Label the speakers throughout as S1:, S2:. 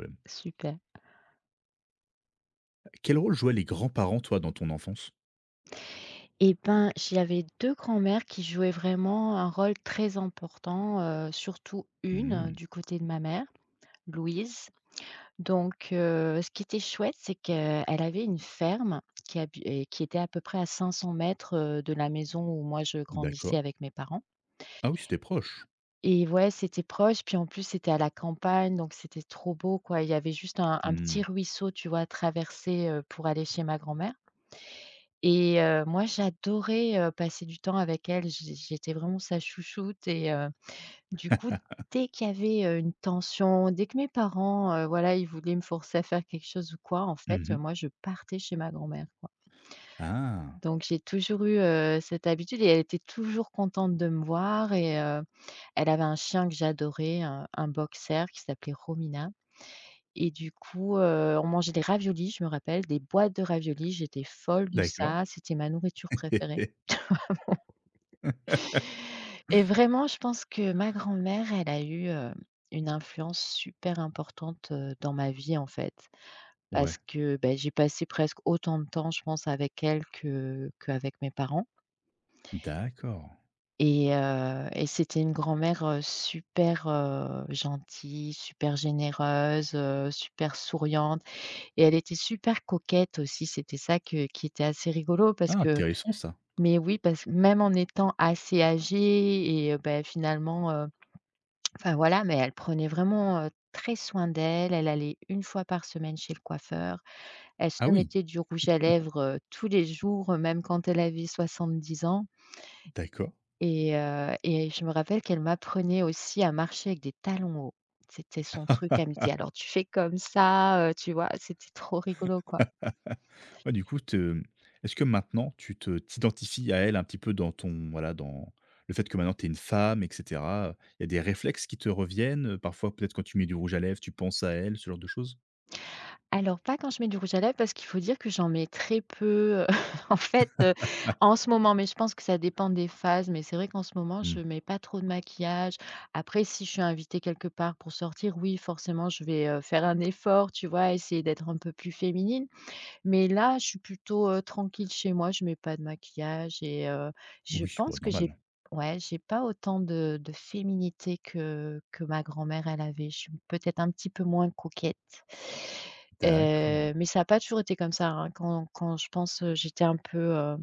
S1: Problème.
S2: Super.
S1: Quel rôle jouaient les grands-parents, toi, dans ton enfance?
S2: Et ben, j'avais 2 grands-mères qui jouaient vraiment un rôle très important, surtout une
S1: Mmh,
S2: du côté de ma mère, Louise. Donc ce qui était chouette, c'est qu'elle avait une ferme qui habi et qui était à peu près à 500 mètres de la maison où moi je grandissais
S1: d'accord.
S2: avec mes parents
S1: Ah oui, c'était proche.
S2: et ouais, c'était proche, puis en plus c'était à la campagne, donc c'était trop beau quoi. Il y avait juste un petit
S1: Mmh.
S2: ruisseau, tu vois, à traverser, pour aller chez ma grand-mère. Et moi j'adorais, passer du temps avec elle, j'étais vraiment sa chouchoute et du coup,
S1: Ah.
S2: dès qu'il y avait, une tension, dès que mes parents, voilà, ils voulaient me forcer à faire quelque chose ou quoi, en fait,
S1: Mmh.
S2: moi je partais chez ma grand-mère, quoi.
S1: Ah,
S2: Donc j'ai toujours eu, cette habitude et elle était toujours contente de me voir et elle avait un chien que j'adorais, un boxer qui s'appelait Romina et du coup, on mangeait des raviolis, je me rappelle, des boîtes de raviolis, j'étais folle de
S1: d'accord.
S2: ça, c'était ma nourriture préférée. Et vraiment, je pense que ma grand-mère, elle a eu, une influence super importante, dans ma vie, en fait. Parce
S1: Ouais,
S2: que, bah, j'ai passé presque autant de temps, je pense, avec elle que qu'avec mes parents
S1: d'accord.
S2: et c'était une grand-mère, super, gentille, super généreuse, super souriante et elle était super coquette aussi. C'était ça que qui était assez rigolo parce
S1: Ah,
S2: que
S1: intéressant ça.
S2: mais oui, parce que même en étant assez âgée et bah, finalement, enfin voilà, mais elle prenait vraiment, très soin d'elle. Elle allait une fois par semaine chez le coiffeur. Elle
S1: Ah
S2: se
S1: oui,
S2: mettait du rouge à lèvres, tous les jours, même quand elle avait 70 ans
S1: d'accord.
S2: et je me rappelle qu'elle m'apprenait aussi à marcher avec des talons hauts. C'était son truc. Elle me disait: «Alors tu fais comme ça», tu vois? C'était trop rigolo, quoi.
S1: Ouais, du coup, te est-ce que maintenant tu t'identifies à elle un petit peu dans ton voilà, dans le fait que maintenant tu es une femme et cetera, il y a des réflexes qui te reviennent, parfois peut-être quand tu mets du rouge à lèvres, tu penses à elle, ce genre de choses?
S2: Alors pas quand je mets du rouge à lèvres parce qu'il faut dire que j'en mets très peu, en fait, en ce moment, mais je pense que ça dépend des phases, mais c'est vrai qu'en ce moment, je
S1: Mmh.
S2: mets pas trop de maquillage. Après, si je suis invitée quelque part pour sortir, oui, forcément, je vais, faire un effort, tu vois? Essayer d'être un peu plus féminine. Mais là, je suis plutôt, tranquille chez moi, je mets pas de maquillage et je
S1: Oui, bah,
S2: pense que j'ai
S1: normal.
S2: ouais, j'ai pas autant de féminité que ma grand-mère, elle avait. Je suis peut-être un petit peu moins coquette,
S1: D'accord.
S2: mais ça n'a pas toujours été comme ça, hein. Quand je pense, j'étais un peu,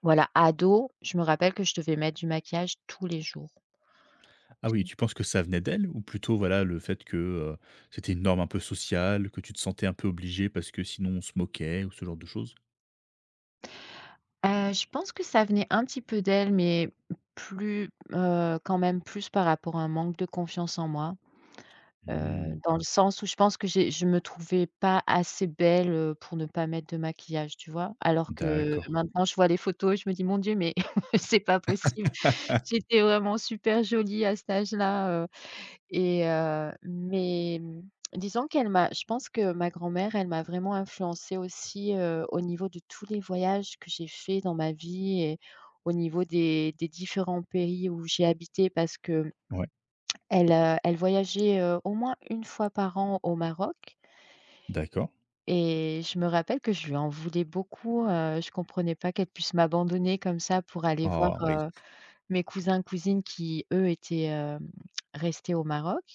S2: voilà, ado, je me rappelle que je devais mettre du maquillage tous les jours.
S1: Ah oui, tu penses que ça venait d'elle? Ou plutôt, voilà, le fait que, c'était une norme un peu sociale, que tu te sentais un peu obligé parce que sinon on se moquait ou ce genre de choses?
S2: Je pense que ça venait un petit peu d'elle, mais plus, quand même plus par rapport à un manque de confiance en moi.
S1: Mmh,
S2: Dans le sens où je pense que j'ai je me trouvais pas assez belle, pour ne pas mettre de maquillage, tu vois? Alors que
S1: d'accord.
S2: maintenant je vois les photos, je me dis: «Mon Dieu, mais c'est pas possible». J'étais vraiment super jolie à cet âge-là, mais, disons qu'elle m'a je pense que ma grand-mère, elle m'a vraiment influencée aussi, au niveau de tous les voyages que j'ai faits dans ma vie et au niveau des différents pays où j'ai habité parce que
S1: Ouais,
S2: elle, elle voyageait, au moins une fois par an au Maroc
S1: d'accord.
S2: et je me rappelle que je lui en voulais beaucoup, je comprenais pas qu'elle puisse m'abandonner comme ça pour aller voir,
S1: Ah oui,
S2: heu, mes cousins, cousines qui, eux, étaient, restés au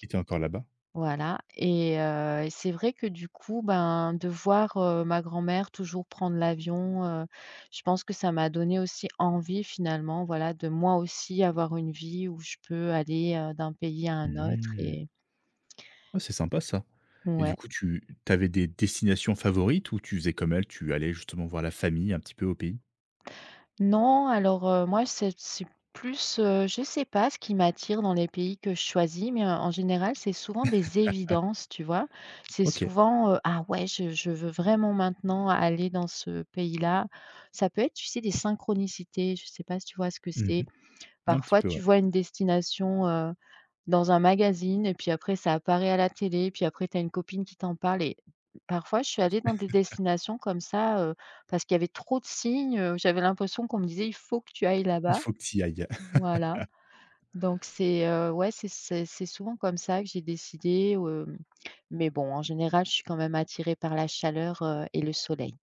S1: tu étais encore là-bas?
S2: Voilà et c'est vrai que du coup, ben, de voir, ma grand-mère toujours prendre l'avion, je pense que ça m'a donné aussi envie finalement, voilà, de moi aussi avoir une vie où je peux aller, d'un pays à un autre
S1: Mmh.
S2: et
S1: Ah, c'est sympa ça. Et du
S2: ouais.
S1: coup, tu avais des destinations favorites ou tu faisais comme elle, tu allais justement voir la famille un petit peu au pays?
S2: Non, alors, moi, c'est plus, je sais pas ce qui m'attire dans les pays que je choisis, mais, en général, c'est souvent des évidences, tu vois? C'est
S1: OK.
S2: souvent, «Ah ouais, je veux vraiment maintenant aller dans ce pays-là». Ça peut être, tu sais, des synchronicités, je sais pas si tu vois ce que c'est?
S1: Mmh. Un petit
S2: Parfois,
S1: peu,
S2: tu
S1: ouais.
S2: vois une destination, dans un magazine et puis après ça apparaît à la télé, et puis après tu as une copine qui t'en parle et parfois je suis allée dans des destinations comme ça, parce qu'il y avait trop de signes, j'avais l'impression qu'on me disait: «Il faut que tu ailles
S1: Il
S2: là-bas».
S1: faut que tu y ailles.
S2: Voilà, donc c'est, ouais, c'est souvent comme ça que j'ai décidé, mais bon, en général, je suis quand même attirée par la chaleur, et le soleil.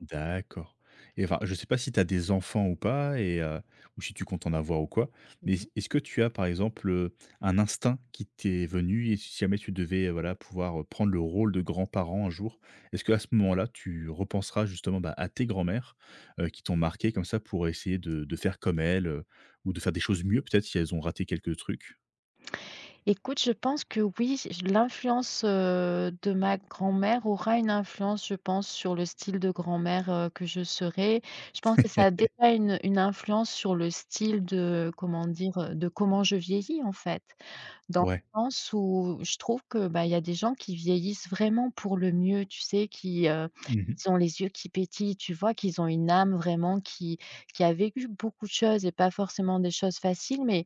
S1: D'accord. Et enfin, je sais pas si tu as des enfants ou pas et ou si tu comptes en avoir ou quoi, mais est-ce que tu as, par exemple, un instinct qui t'est venu et si jamais tu devais, voilà, pouvoir, prendre le rôle de grand-parent un jour, est-ce que à ce moment-là, tu repenseras justement, bah, à tes grands-mères, qui t'ont marqué comme ça pour essayer de faire comme elles, ou de faire des choses mieux peut-être si elles ont raté quelques trucs?
S2: Écoute, je pense que oui, j l'influence, de ma grand-mère aura une influence, je pense, sur le style de grand-mère, que je serai. Je pense que ça a déjà une influence sur le style de comment dire? De comment je vieillis, en fait. Dans
S1: Ouais.
S2: le sens où je trouve que, bah, il y a des gens qui vieillissent vraiment pour le mieux, tu sais? Qui,
S1: Mmh.
S2: ils ont les yeux qui pétillent, tu vois? Qu'ils ont une âme vraiment qui a vécu beaucoup de choses et pas forcément des choses faciles, mais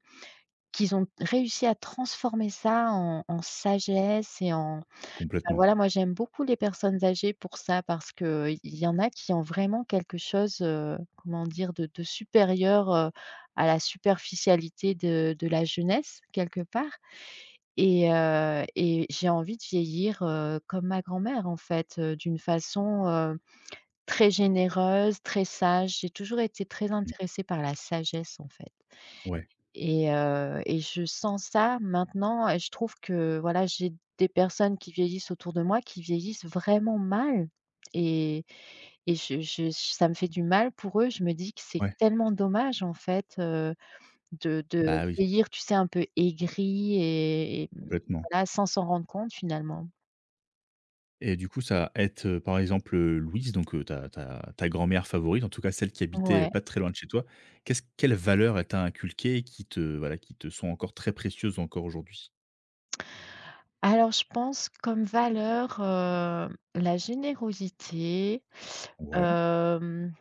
S2: qu'ils ont réussi à transformer ça en sagesse et en enfin,
S1: Complètement.
S2: voilà, moi, j'aime beaucoup les personnes âgées pour ça parce que il y en a qui ont vraiment quelque chose, comment dire? De supérieur, à la superficialité de la jeunesse, quelque part et j'ai envie de vieillir, comme ma grand-mère, en fait, d'une façon, très généreuse, très sage. J'ai toujours été très
S1: Mmh.
S2: intéressée par la sagesse, en fait.
S1: Ouais,
S2: Et je sens ça maintenant et je trouve que, voilà, j'ai des personnes qui vieillissent autour de moi, qui vieillissent vraiment mal et et je ça me fait du mal pour eux. Je me dis que c'est
S1: ouais.
S2: tellement dommage, en fait, de
S1: Bah oui,
S2: vieillir, tu sais, un peu aigri et
S1: complètement.
S2: voilà, sans s'en rendre compte, finalement.
S1: Et du coup, ça aide, par exemple, Louise, donc ta ta grand-mère favorite, en tout cas celle qui habitait
S2: Ouais.
S1: pas très loin de chez toi. Qu'est-ce Quelles valeurs elle t'a inculquées qui te voilà, qui te sont encore très précieuses encore aujourd'hui?
S2: Alors je pense comme valeur, la générosité,
S1: Ouais,
S2: hem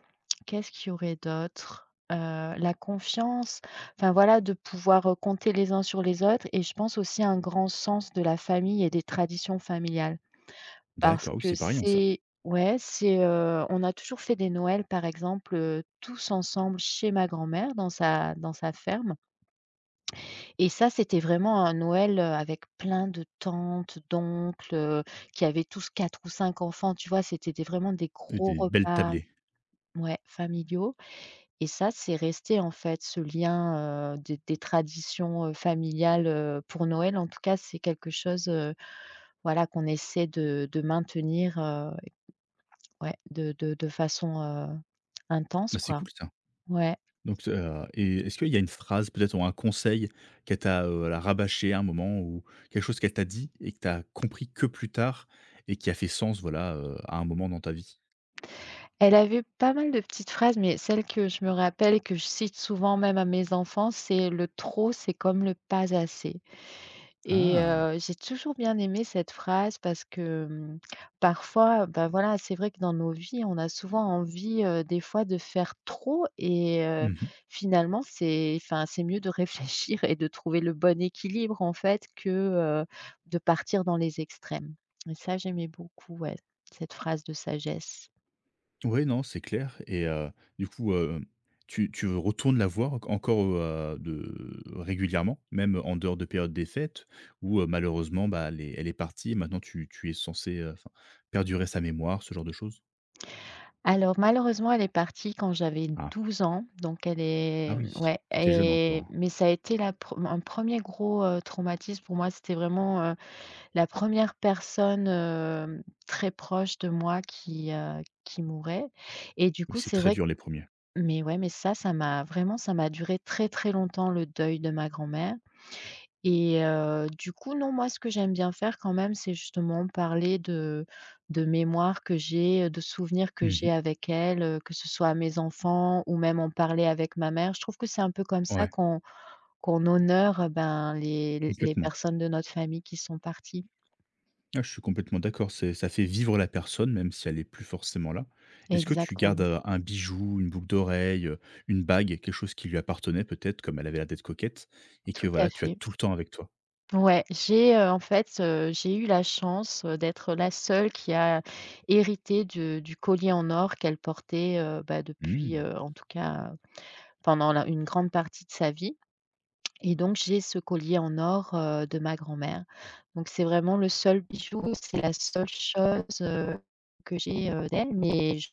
S2: qu'est-ce qu'il y aurait d'autre? La confiance, enfin voilà, de pouvoir, compter les uns sur les autres et je pense aussi à un grand sens de la famille et des traditions familiales. Parce
S1: d'accord, oui,
S2: que
S1: c'est pas rien ça.
S2: c'est ouais, c'est, on a toujours fait des Noëls, par exemple, tous ensemble chez ma grand-mère dans sa ferme et ça, c'était vraiment un Noël, avec plein de tantes, d'oncles, qui avaient tous 4 ou 5 enfants, tu vois? C'était des vraiment des
S1: Et
S2: gros
S1: des belles
S2: repas
S1: tablées.
S2: ouais, familiaux. Et ça, c'est resté en fait ce lien, des traditions, familiales, pour Noël en tout cas, c'est quelque chose, voilà qu'on essaie de maintenir, ouais de façon, intense
S1: Bah, c'est
S2: quoi.
S1: cool ça.
S2: Ouais.
S1: Donc et est-ce qu'il y a une phrase peut-être ou un conseil qu'elle t'a, voilà, rabâché à un moment ou quelque chose qu'elle t'a dit et que t'as compris que plus tard et qui a fait sens, voilà, à un moment dans ta vie?
S2: Elle avait pas mal de petites phrases, mais celle que je me rappelle et que je cite souvent même à mes enfants, c'est: «Le trop, c'est comme le pas assez». Et
S1: Ah!
S2: j'ai toujours bien aimé cette phrase parce que, parfois, bah, voilà, c'est vrai que dans nos vies, on a souvent envie, des fois de faire trop et
S1: Mmh.
S2: finalement, c'est enfin, c'est mieux de réfléchir et de trouver le bon équilibre, en fait, que, heu, de partir dans les extrêmes. Et ça, j'aimais beaucoup, ouais, cette phrase de sagesse.
S1: Ouais, non, c'est clair et du coup, tu retournes la voir encore, de régulièrement, même en dehors de période des fêtes où, malheureusement, bah, elle est partie et maintenant tu es censé, enfin, perdurer sa mémoire, ce genre de choses?
S2: Alors malheureusement, elle est partie quand j'avais
S1: Ah.
S2: 12 ans, donc
S1: Ah oui,
S2: ouais
S1: tu étais jeune
S2: et
S1: encore.
S2: mais ça a été la pre un premier gros, traumatisme pour moi. C'était vraiment, la première personne, très proche de moi qui mourait et du
S1: Oui,
S2: coup,
S1: c'est
S2: c'est
S1: très
S2: vrai que
S1: dur les premiers ers
S2: mais ouais, mais ça m'a vraiment ça m'a duré très, très longtemps le deuil de ma grand-mère. Et du coup, non, moi, ce que j'aime bien faire quand même, c'est justement parler de mémoires que j'ai, de souvenirs que j'ai avec elle, que ce soit à mes enfants ou même en parler avec ma mère. Je trouve que c'est un peu comme ça
S1: ouais,
S2: qu'on honore, ben, les
S1: complètement.
S2: personnes de notre famille qui sont parties.
S1: Ah, je suis complètement d'accord, c'est ça fait vivre la personne, même si elle n'est plus forcément là. Est-ce que tu gardes,
S2: Exactement,
S1: un bijou, une boucle d'oreille, une bague, quelque chose qui lui appartenait peut-être, comme elle avait l'air d'être coquette et que
S2: tout
S1: voilà,
S2: à
S1: tu as
S2: fait.
S1: tout le temps avec toi?
S2: Ouais, j'ai, j'ai eu la chance, d'être la seule qui a hérité de du collier en or qu'elle portait, depuis,
S1: Mmh,
S2: en tout cas, pendant la une grande partie de sa vie. Et donc j'ai ce collier en or, de ma grand-mère. Donc c'est vraiment le seul bijou, c'est la seule chose, que j'ai, d'elle, mais j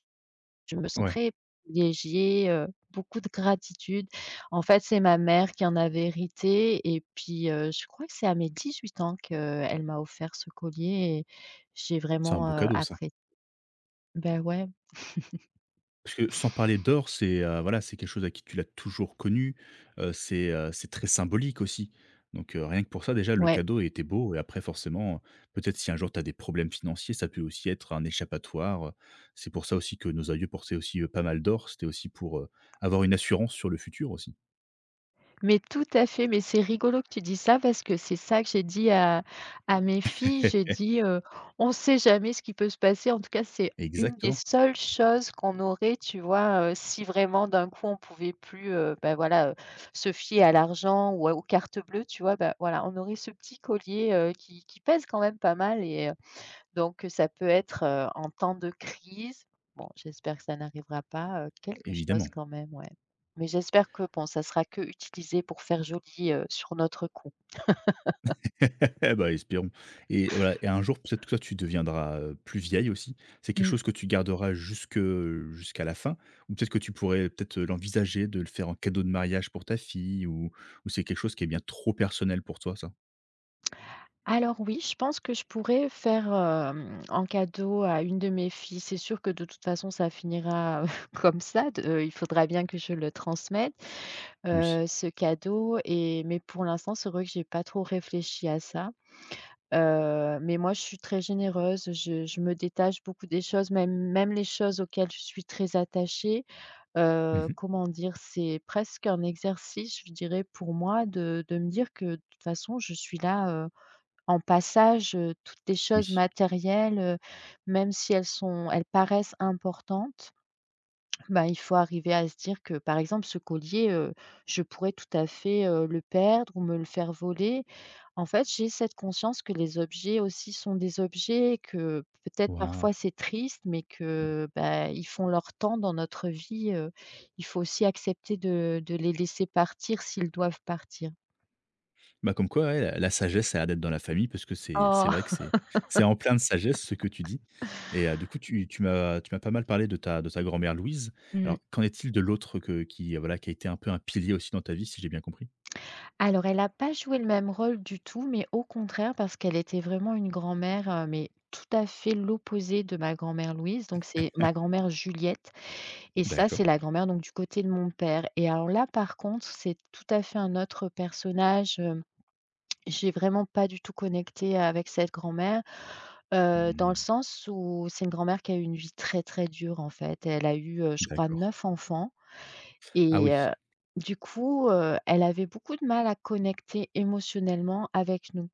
S2: je me sens
S1: ouais,
S2: très privilégiée, beaucoup de gratitude. En fait, c'est ma mère qui en avait hérité et puis, je crois que c'est à mes 18 ans qu'elle m'a offert ce collier. Et j'ai
S1: c'est un
S2: vraiment,
S1: beau cadeau ça.
S2: appré bah, ouais,
S1: Parce que sans parler d'or, c'est, voilà, c'est quelque chose à qui tu l'as toujours connu, c'est très symbolique aussi. Donc rien que pour ça déjà le
S2: ouais.
S1: cadeau était beau et après forcément, peut-être si un jour tu as des problèmes financiers, ça peut aussi être un échappatoire. C'est pour ça aussi que nos aïeux portaient aussi, pas mal d'or, c'était aussi pour, avoir une assurance sur le futur aussi.
S2: Mais tout à fait, mais c'est rigolo que tu dis ça parce que c'est ça que j'ai dit à mes filles. J'ai dit, «On ne sait jamais ce qui peut se passer». En tout cas, c'est une des
S1: Exactement,
S2: seules choses qu'on aurait, tu vois, si vraiment d'un coup on pouvait plus, voilà, se fier à l'argent ou à aux cartes bleues, tu vois? Bah, voilà, on aurait ce petit collier, qui pèse quand même pas mal. Et donc, ça peut être, en temps de crise, bon j'espère que ça n'arrivera pas, quelque chose
S1: évidemment.
S2: quand même, ouais. Mais j'espère que bon ça sera que utilisé pour faire joli, sur notre coup.
S1: Bah, espérons, et voilà et un jour, peut-être que toi, tu deviendras, plus vieille aussi. C'est quelque
S2: Mmh.
S1: chose que tu garderas jusque, jusqu'à la fin ou peut-être que tu pourrais peut-être, l'envisager de le faire en cadeau de mariage pour ta fille ou c'est quelque chose qui est bien trop personnel pour toi, ça?
S2: Alors oui, je pense que je pourrais faire, en cadeau à une de mes filles. C'est sûr que de toute façon ça finira comme ça. De Il faudra bien que je le transmette,
S1: Oui.
S2: ce cadeau, et mais pour l'instant c'est vrai que j'ai pas trop réfléchi à ça. Mais moi, je suis très généreuse, je me détache beaucoup des choses, même les choses auxquelles je suis très attachée.
S1: Mmh.
S2: Comment dire? C'est presque un exercice, je dirais, pour moi de me dire que, de toute façon, je suis là, en passage. Toutes les choses
S1: Oui.
S2: matérielles, même si elles paraissent importantes, ben il faut arriver à se dire que, par exemple, ce collier, je pourrais tout à fait, le perdre ou me le faire voler. En fait, j'ai cette conscience que les objets aussi sont des objets, que peut-être
S1: Waouh!
S2: parfois c'est triste, mais que, bah, ils font leur temps dans notre vie, il faut aussi accepter de les laisser partir s'ils doivent partir.
S1: Bah, comme quoi, ouais, la sagesse, ça a l'air d'être dans la famille parce que c'est vrai que
S2: Oh!
S1: c'est en plein de sagesse ce que tu dis et du coup, tu m'as pas mal parlé de ta grand-mère Louise.
S2: Mmh.
S1: Alors, qu'en est-il de l'autre que qui, voilà, qui a été un peu un pilier aussi dans ta vie, si j'ai bien compris?
S2: Alors elle n'a pas joué le même rôle du tout, mais au contraire parce qu'elle était vraiment une grand-mère, mais tout à fait l'opposé de ma grand-mère Louise, donc c'est ma grand-mère Juliette. Et ça,
S1: D'accord.
S2: c'est la grand-mère donc du côté de mon père et alors là, par contre, c'est tout à fait un autre personnage. J'ai vraiment pas du tout connecté avec cette grand-mère, dans
S1: Mmh,
S2: le sens où c'est une grand-mère qui a eu une vie très, très dure, en fait. Elle a eu, je crois
S1: d'accord.
S2: 9 enfants.
S1: Ah
S2: Et
S1: oui,
S2: du coup, elle avait beaucoup de mal à connecter émotionnellement avec nous.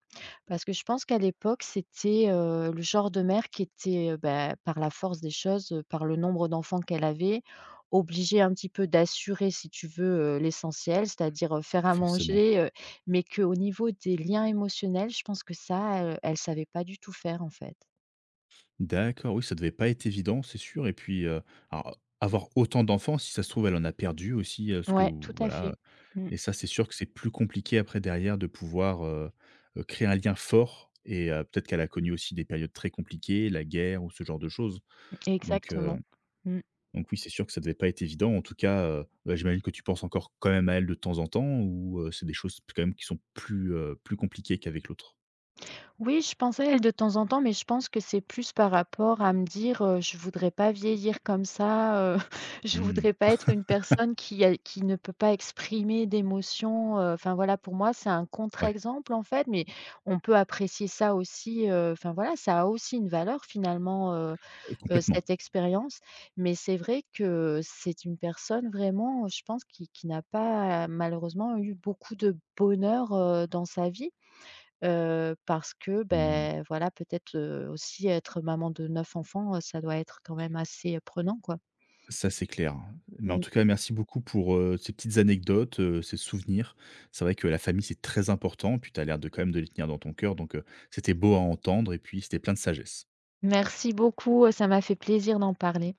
S2: Parce que je pense qu'à l'époque, c'était, le genre de mère qui était, par la force des choses, par le nombre d'enfants qu'elle avait, obligée un petit peu d'assurer, si tu veux, l'essentiel, c'est-à-dire, faire à
S1: forcément.
S2: manger, mais qu'au niveau des liens émotionnels, je pense que ça, elle ne savait pas du tout faire, en fait.
S1: D'accord, oui, ça devait pas être évident, c'est sûr et puis, alors, avoir autant d'enfants, si ça se trouve, elle en a perdu aussi, ce que
S2: Ouais, tout à
S1: voilà,
S2: fait. Mmh,
S1: et ça, c'est sûr que c'est plus compliqué après derrière de pouvoir, créer un lien fort et peut-être qu'elle a connu aussi des périodes très compliquées, la guerre ou ce genre de choses. Donc heu,
S2: exactement. Mmh.
S1: donc oui, c'est sûr que ça devait pas être évident. En tout cas, bah, j'imagine que tu penses encore quand même à elle de temps en temps ou c'est des choses quand même qui sont plus, plus compliquées qu'avec l'autre?
S2: Oui, je pense à elle de temps en temps, mais je pense que c'est plus par rapport à me dire, «Je voudrais pas vieillir comme ça, je
S1: Mmh.
S2: voudrais pas être une personne qui a qui ne peut pas exprimer d'émotions», enfin voilà, pour moi, c'est un
S1: Ouais,
S2: contre-exemple, en fait, mais on peut apprécier ça aussi, enfin voilà, ça a aussi une valeur finalement,
S1: complètement.
S2: cette expérience. Mais c'est vrai que c'est une personne vraiment, je pense, qui n'a pas malheureusement eu beaucoup de bonheur, dans sa vie. Parce que,
S1: Mmh.
S2: ben, voilà, peut-être, aussi être maman de 9 enfants, ça doit être quand même assez, prenant, quoi.
S1: Ça, c'est clair. Mais en
S2: Mmh.
S1: tout cas, merci beaucoup pour, ces petites anecdotes, ces souvenirs. C'est vrai que la famille, c'est très important, puis tu as l'air de quand même de les tenir dans ton cœur, donc c'était beau à entendre et puis c'était plein de sagesse.
S2: Merci beaucoup, ça m'a fait plaisir d'en parler.